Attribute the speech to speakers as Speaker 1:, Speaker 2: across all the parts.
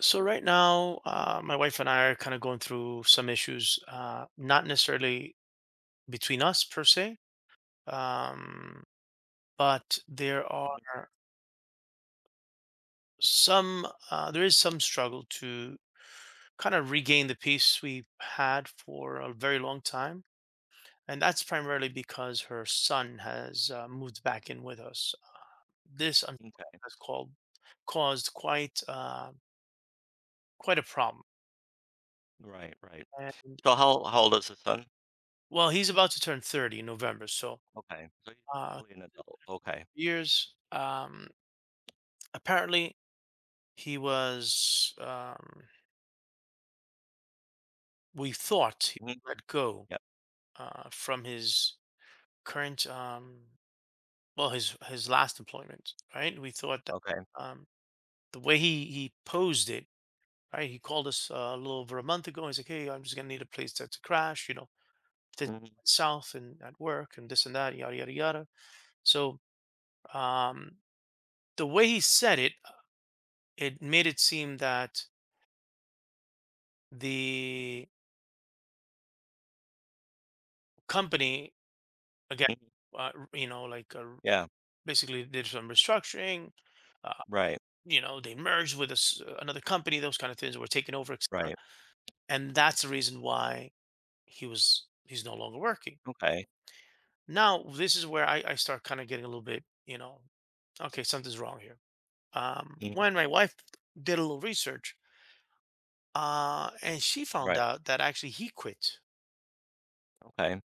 Speaker 1: So right now, my wife and I are kind of going through some issues, not necessarily between us per se, um, but there are
Speaker 2: Mhm.
Speaker 1: some, there is some struggle to kind of regain the peace we had for a very long time. And that's primarily because her son has moved back in with us. This unfortunately
Speaker 2: M'kay.
Speaker 1: has caused quite a problem.
Speaker 2: Right, right.
Speaker 1: And,
Speaker 2: So how old is the son?
Speaker 1: well, he's about to turn 30 in November, so.
Speaker 2: Okay. So he's
Speaker 1: Uh,
Speaker 2: really an adult. Okay.
Speaker 1: years. Apparently, he was. We thought he
Speaker 2: Mhm.
Speaker 1: let go
Speaker 2: Yep.
Speaker 1: from his current, um, well, his last employment, right? We thought that
Speaker 2: Okay.
Speaker 1: um, the way he posed it, right? He called us a little over a month ago. He's like, "Hey, I'm just gonna need a place to crash, you know, things
Speaker 2: Mhm,
Speaker 1: went south and at work and this and that, yada yada yada." So um, the way he said it, it made it seem that the company again,
Speaker 2: mhm.
Speaker 1: uh, you know, like uh,
Speaker 2: Yeah.
Speaker 1: basically did some restructuring. Uh,
Speaker 2: Right,
Speaker 1: you know, they merged with us, another company. Those kind of things were taken over, etc.
Speaker 2: right.
Speaker 1: And that's the reason why he's no longer working.
Speaker 2: Okay.
Speaker 1: Now this is where I start kind of getting a little bit, you know, okay, something's wrong here.
Speaker 2: Mhm.
Speaker 1: When my wife did a little research, and she found
Speaker 2: Right.
Speaker 1: out that actually he quit.
Speaker 2: Okay.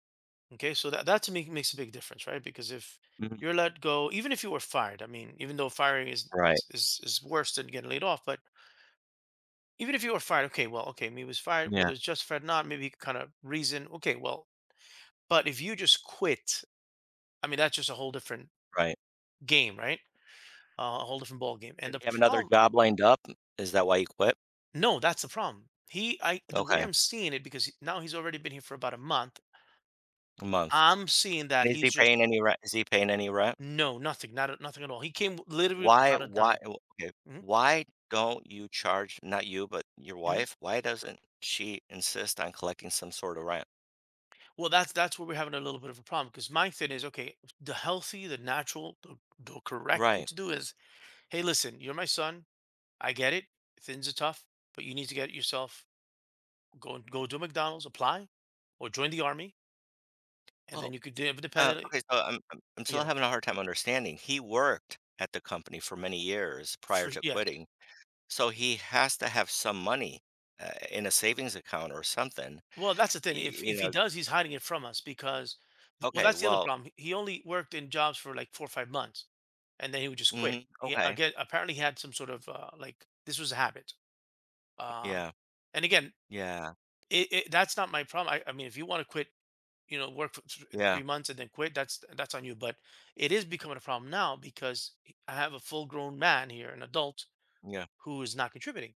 Speaker 1: Okay, so that to me makes a big difference, right? Because if
Speaker 2: Mhm.
Speaker 1: you're let go, even if you were fired, I mean, even though firing
Speaker 2: Right.
Speaker 1: is worse than getting laid off, but even if you were fired, okay, well, okay, me was fired,
Speaker 2: Yeah,
Speaker 1: whether it's justified or not, maybe kind of reason, okay, well, but if you just quit, I mean, that's just a whole different
Speaker 2: right.
Speaker 1: game, right? A whole different ball game. And
Speaker 2: Did he have another
Speaker 1: problem,
Speaker 2: job lined up? Is that why he quit?
Speaker 1: no, that's the problem. The way
Speaker 2: Okay.
Speaker 1: I'm seeing it, because now he's already been here for about a month,
Speaker 2: A month.
Speaker 1: I'm seeing that
Speaker 2: And is
Speaker 1: he's
Speaker 2: he paying
Speaker 1: just
Speaker 2: any rent? Is he paying any rent?
Speaker 1: no, nothing, not a- nothing at all. He came literally without a dime.
Speaker 2: Okay.
Speaker 1: Mhm.
Speaker 2: Why don't you charge, not you, but your wife, why doesn't she insist on collecting some sort of rent?
Speaker 1: Well, that's where we're having a little bit of a problem because my thing is okay, the healthy, the natural, the correct thing
Speaker 2: Right.
Speaker 1: to do is, hey, listen, you're my son. I get it. Things are tough, but you need to get yourself go to McDonald's, apply, or join the army, and
Speaker 2: Well
Speaker 1: then you could do it independently.
Speaker 2: Okay, so I'm still
Speaker 1: Yeah,
Speaker 2: having a hard time understanding. He worked at the company for many years prior
Speaker 1: for,
Speaker 2: to
Speaker 1: yes.
Speaker 2: quitting, so he has to have some money in a savings account or something.
Speaker 1: Well, that's the thing.
Speaker 2: You
Speaker 1: If he
Speaker 2: know,
Speaker 1: does, he's hiding it from us because, well,
Speaker 2: okay,
Speaker 1: that's the other
Speaker 2: well,
Speaker 1: problem. He only worked in jobs for like four or five months, and then he would just
Speaker 2: hmm,
Speaker 1: quit. He
Speaker 2: okay,
Speaker 1: again apparently he had some sort of like this was a habit. Um,
Speaker 2: yeah,
Speaker 1: and again,
Speaker 2: yeah,
Speaker 1: It it that's not my problem. I mean, if you wanna quit, you know, work for th
Speaker 2: yeah,
Speaker 1: three months and then quit, that's on you, but it is becoming a problem now because I have a full-grown man here, an adult,
Speaker 2: yeah,
Speaker 1: who is not contributing.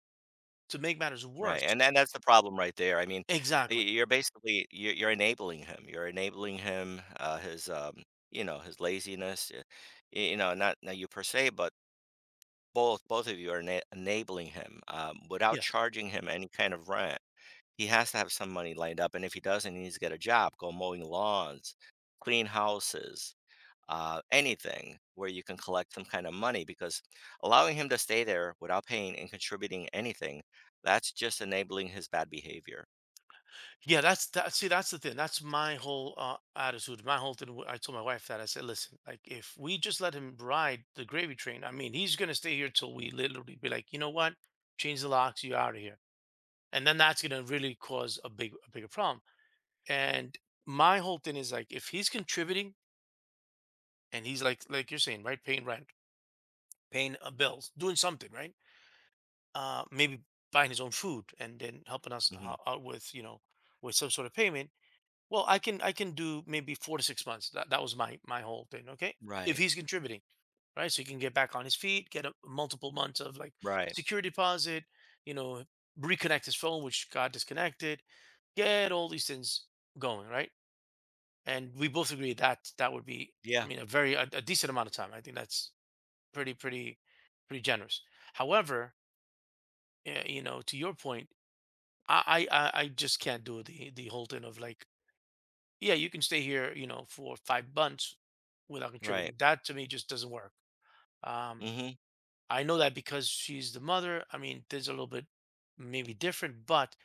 Speaker 1: To make matters
Speaker 2: right.
Speaker 1: worse
Speaker 2: And that's the problem right there. I mean,
Speaker 1: exactly.
Speaker 2: you're basically you're enabling him. You're enabling him, his you know, his laziness. You know, not you per se, but both of you are enabling him, without
Speaker 1: Yeah.
Speaker 2: charging him any kind of rent. He has to have some money lined up, and if he doesn't, he needs to get a job, go mowing lawns, clean houses, anything where you can collect some kind of money, because allowing him to stay there without paying and contributing anything, that's just enabling his bad behavior.
Speaker 1: Yeah, that see, that's the thing. That's my whole, attitude, my whole thing I told my wife that. I said, "Listen, like, if we just let him ride the gravy train, I mean, he's gonna stay here till we literally be like, you know what? Change the locks, you're out of here.'" And then that's gonna really cause a bigger problem. And my whole thing is like, if he's contributing and he's like you're saying, right, paying rent, paying bills, doing something, right? Maybe buying his own food and then helping us
Speaker 2: Mhm.
Speaker 1: out with, you know, with some sort of payment. Well, I can do maybe four to six months. That was my whole thing. Okay, if
Speaker 2: Right,
Speaker 1: he's contributing, right, so he can get back on his feet, get a multiple months of like
Speaker 2: right.
Speaker 1: security deposit, you know, reconnect his phone, which got disconnected, get all these things going, right? And we both agree that that would be, I
Speaker 2: Yeah,
Speaker 1: mean, a decent amount of time. I think that's pretty, pretty, pretty generous. However, you know, to your point, I just can't do the whole thing of like, yeah, you can stay here, you know, for five months without
Speaker 2: right.
Speaker 1: contributing. That to me just doesn't work. Um,
Speaker 2: Mhm.
Speaker 1: I know that because she's the mother. I mean, there's a little bit maybe different, but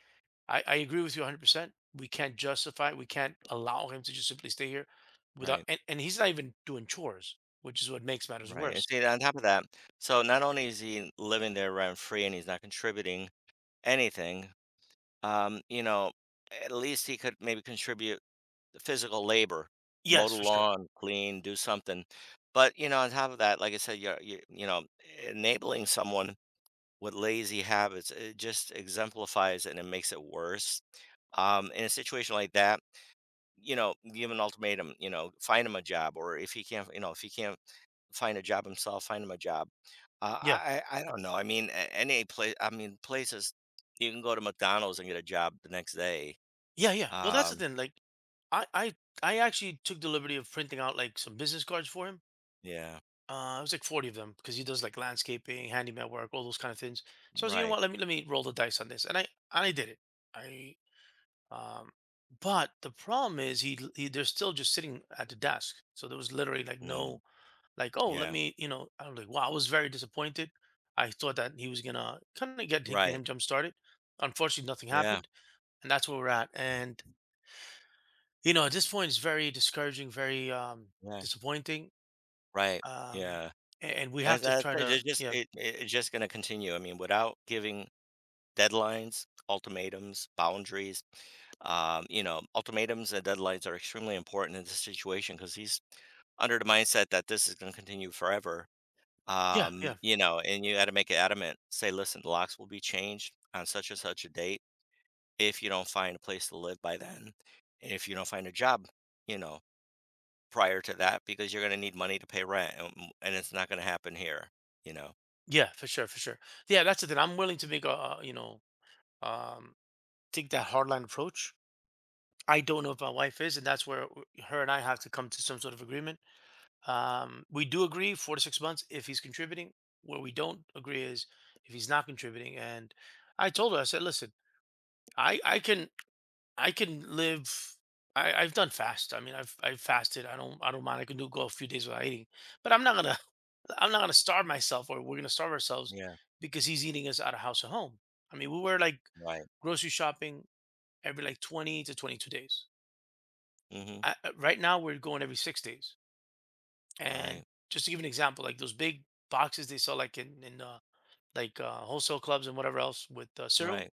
Speaker 1: I agree with you 100%. We can't allow him to just simply stay here without,
Speaker 2: Right,
Speaker 1: and, he's not even doing chores, which is what makes matters
Speaker 2: right, and
Speaker 1: worse.
Speaker 2: see, on top of that, so not only is he living there rent-free and he's not contributing anything. You know, at least he could maybe contribute physical labor, mow
Speaker 1: Yes,
Speaker 2: the
Speaker 1: for sure.
Speaker 2: lawn, clean, do something. But, you know, on top of that, like I said, you, you know, enabling someone with lazy habits, it just exemplifies it and it makes it worse. In a situation like that, you know, give an ultimatum, you know, find him a job, or if he can't, you know, if he can't find a job himself, find him a job.
Speaker 1: Yeah.
Speaker 2: I don't know. I mean, any place. I mean, places you can go to McDonald's and get a job the next day.
Speaker 1: Yeah. Yeah. Well, that's the
Speaker 2: um,
Speaker 1: thing. Like, I, I, I actually took the liberty of printing out like some business cards for him.
Speaker 2: yeah,
Speaker 1: It was like 40 of them because he does like landscaping, handyman work, all those kind of things. So I was like, you know
Speaker 2: right.
Speaker 1: what? Let me roll the dice on this. And I did it. I, um, but the problem is they're still just sitting at the desk. So there was literally like
Speaker 2: Mm,
Speaker 1: no, like, oh, let
Speaker 2: yeah,
Speaker 1: me, you know, I was like, wow, I was very disappointed. I thought that he was gonna kind of get
Speaker 2: right.
Speaker 1: him jump started. Unfortunately, nothing
Speaker 2: Yeah,
Speaker 1: happened, and that's where we're at. And you know, at this point, it's very discouraging, very
Speaker 2: yeah,
Speaker 1: disappointing.
Speaker 2: right.
Speaker 1: Um,
Speaker 2: Yeah.
Speaker 1: and we have
Speaker 2: As
Speaker 1: to
Speaker 2: that
Speaker 1: try to,
Speaker 2: It's just
Speaker 1: yeah,
Speaker 2: it, it's just going to continue. I mean, without giving deadlines, ultimatums, boundaries. You know, ultimatums and deadlines are extremely important in this situation because he's under the mindset that this is going to continue forever.
Speaker 1: yeah, yeah,
Speaker 2: You know, and you got to make it adamant. Say, listen, the locks will be changed on such and such a date if you don't find a place to live by then, and if you don't find a job, you know, prior to that, because you're gonna need money to pay rent, and it's not gonna happen here, you know?
Speaker 1: yeah, for sure, for sure. Yeah, that's the thing. I'm willing to make a, um, take that hardline approach. I don't know if my wife is, and that's where her and I have to come to some sort of agreement. We do agree four to six months if he's contributing. Where we don't agree is if he's not contributing. And I told her, I said, listen, I I can I can live. I've done fast. I mean, I've fasted. I don't mind. I can do go a few days without eating, but I'm not gonna I'm not gonna starve myself or we're gonna starve ourselves
Speaker 2: Yeah,
Speaker 1: because he's eating us out of house at home. I mean, we were like
Speaker 2: right.
Speaker 1: grocery shopping every like 20 to 22 days.
Speaker 2: Mhm.
Speaker 1: Right now, we're going every six days. And
Speaker 2: Right.
Speaker 1: just to give an example, like those big boxes they sell like in wholesale clubs and whatever else with cereal,
Speaker 2: Right.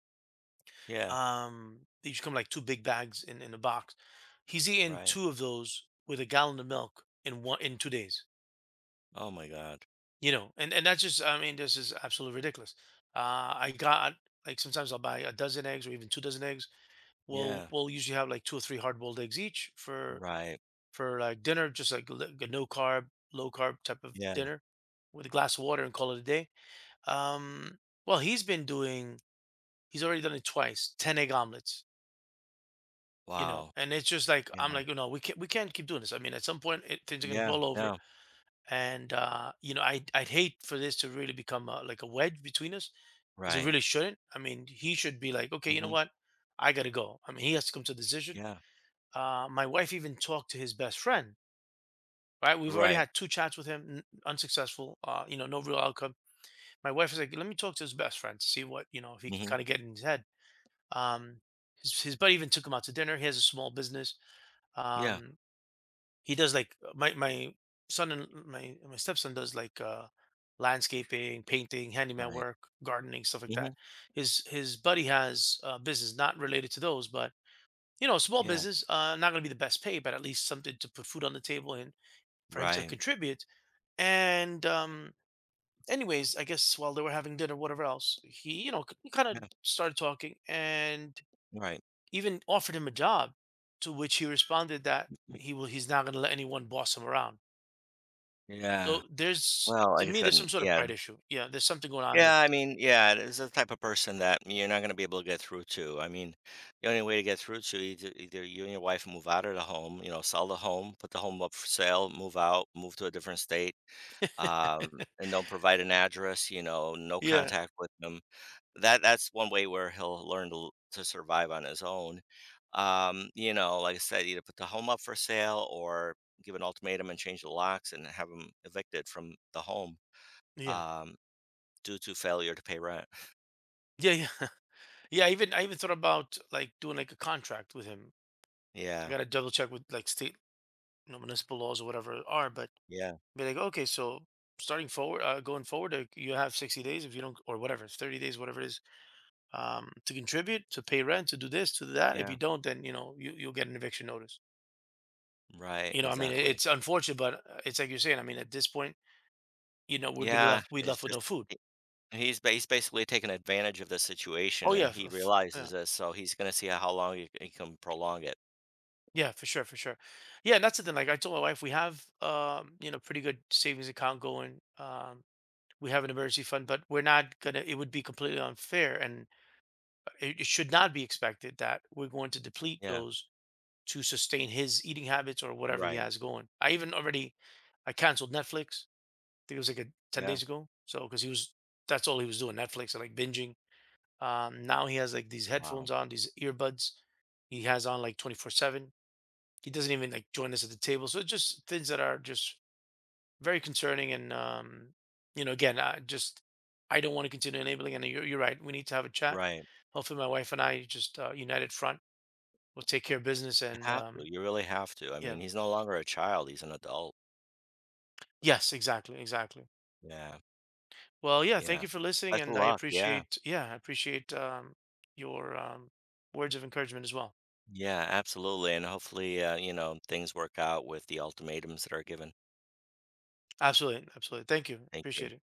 Speaker 2: Yeah.
Speaker 1: they just come like two big bags in a box. He's eating
Speaker 2: Right.
Speaker 1: two of those with a gallon of milk in one in two days.
Speaker 2: Oh my god.
Speaker 1: You know, and that's just I mean this is absolutely ridiculous. I got like sometimes I'll buy a dozen eggs or even two dozen eggs.
Speaker 2: Yeah.
Speaker 1: We'll usually have like two or three hard boiled eggs each
Speaker 2: Right.
Speaker 1: for like dinner, just like a no carb, low carb type of
Speaker 2: Yeah.
Speaker 1: dinner with a glass of water and call it a day. Um, well, he's been doing He's already done it twice, 10 egg omelets, you know.
Speaker 2: Wow.
Speaker 1: And it's just like I'm
Speaker 2: Yeah.
Speaker 1: like, you know, we can't keep doing this. I mean, at some point it, things are gonna
Speaker 2: Yeah.
Speaker 1: boil over.
Speaker 2: No.
Speaker 1: And you know, I I'd hate for this to really become a, like a wedge between us, because it
Speaker 2: Right.
Speaker 1: really shouldn't. I mean, he should be like, okay, you know
Speaker 2: Mhm.
Speaker 1: what? I gotta go. I mean, he has to come to a decision.
Speaker 2: Yeah.
Speaker 1: My wife even talked to his best friend. Right, we've already
Speaker 2: Right.
Speaker 1: had two chats with him, n- unsuccessful. You know, no real outcome. My wife is like, "Let me talk to his best friend, see what you know, if he can
Speaker 2: Mhm.
Speaker 1: kind of get in his head." Um, his buddy even took him out to dinner. He has a small business.
Speaker 2: Yeah.
Speaker 1: Um, he does like my my son and my stepson does like landscaping, painting, handyman
Speaker 2: Right.
Speaker 1: work, gardening, stuff like that.
Speaker 2: Mhm.
Speaker 1: His buddy has a business not related to those, but you know, a small
Speaker 2: Yeah.
Speaker 1: business, not going to be the best pay, but at least something to put food on the table and for him to
Speaker 2: Right.
Speaker 1: contribute. And anyways, I guess while they were having dinner, whatever else, he, you know, kind of
Speaker 2: Yeah.
Speaker 1: started talking, and
Speaker 2: Right.
Speaker 1: even offered him a job, to which he responded that
Speaker 2: Mm-hmm.
Speaker 1: he's not going to let anyone boss him around.
Speaker 2: Yeah.
Speaker 1: So there's
Speaker 2: Well,
Speaker 1: to
Speaker 2: like I
Speaker 1: me
Speaker 2: said,
Speaker 1: there's some sort of
Speaker 2: yeah.
Speaker 1: pride issue. Yeah, there's something going on.
Speaker 2: Yeah, I mean, yeah, it's the type of person that you're not going to be able to get through to. I mean, the only way to get through to, either, either you and your wife move out of the home, you know, sell the home, put the home up for sale, move out, move to a different state, um, and don't provide an address, you know, no
Speaker 1: Yeah,
Speaker 2: contact with them. That, that's one way where he'll learn to survive on his own. You know, like I said, either put the home up for sale or give an ultimatum and change the locks and have him evicted from the home
Speaker 1: yeah,
Speaker 2: um, due to failure to pay rent.
Speaker 1: yeah, yeah, yeah. I even thought about like doing like a contract with him. I
Speaker 2: Yeah,
Speaker 1: got to double check with like state you know, municipal laws or whatever are, but
Speaker 2: yeah,
Speaker 1: be like, okay, so going forward, you have 60 days if you don't, or whatever, 30 days, whatever it is, to contribute, to pay rent, to do this, to do that. If
Speaker 2: yeah,
Speaker 1: you don't, then you know you'll get an eviction notice.
Speaker 2: right,
Speaker 1: You know, I mean,
Speaker 2: exactly.
Speaker 1: it's unfortunate, but, it's like you're saying, I mean, at this point, you know,
Speaker 2: Yeah,
Speaker 1: we
Speaker 2: it's
Speaker 1: left with
Speaker 2: just
Speaker 1: no food.
Speaker 2: he he's ba he's basically taking advantage of the situation,
Speaker 1: Oh,
Speaker 2: and
Speaker 1: yeah, f
Speaker 2: he
Speaker 1: f
Speaker 2: realizes
Speaker 1: yeah,
Speaker 2: this, so he's gonna see how long he can prolong it.
Speaker 1: yeah, for sure, for sure. Yeah, and that's the thing, like, I told my wife, we have, you know, pretty good savings account going, we have an emergency fund, but we're not gonna it would be completely unfair, and it should not be expected that we're going to deplete
Speaker 2: Yeah,
Speaker 1: those to sustain his eating habits or whatever he
Speaker 2: right,
Speaker 1: has going. I even already I canceled Netflix, I think it was, like, a 10
Speaker 2: yeah,
Speaker 1: days ago, so because he was that's all he was doing, Netflix and, like, binging. Now he has like these
Speaker 2: wow,
Speaker 1: headphones on, these earbuds he has on like 24/7. He doesn't even like join us at the table. So it's just things that are just very concerning. And, you know, again, I don't want to continue enabling. And you're right. We need to have a chat.
Speaker 2: right.
Speaker 1: Hopefully, my wife and I just united front will take care of business.
Speaker 2: You
Speaker 1: And
Speaker 2: have to, you really have to, I
Speaker 1: yeah,
Speaker 2: mean, he's no longer a child, he's an adult.
Speaker 1: yes, exactly. Exactly.
Speaker 2: Yeah,
Speaker 1: Well, yeah, thank
Speaker 2: yeah.
Speaker 1: you for listening.
Speaker 2: Best of
Speaker 1: And
Speaker 2: luck, yeah,
Speaker 1: yeah, I appreciate your words of encouragement as well.
Speaker 2: yeah, absolutely, and hopefully, you know, things work out with the ultimatums that are given.
Speaker 1: Absolutely. Absolutely. Thank you.
Speaker 2: Thank you.
Speaker 1: Appreciate it.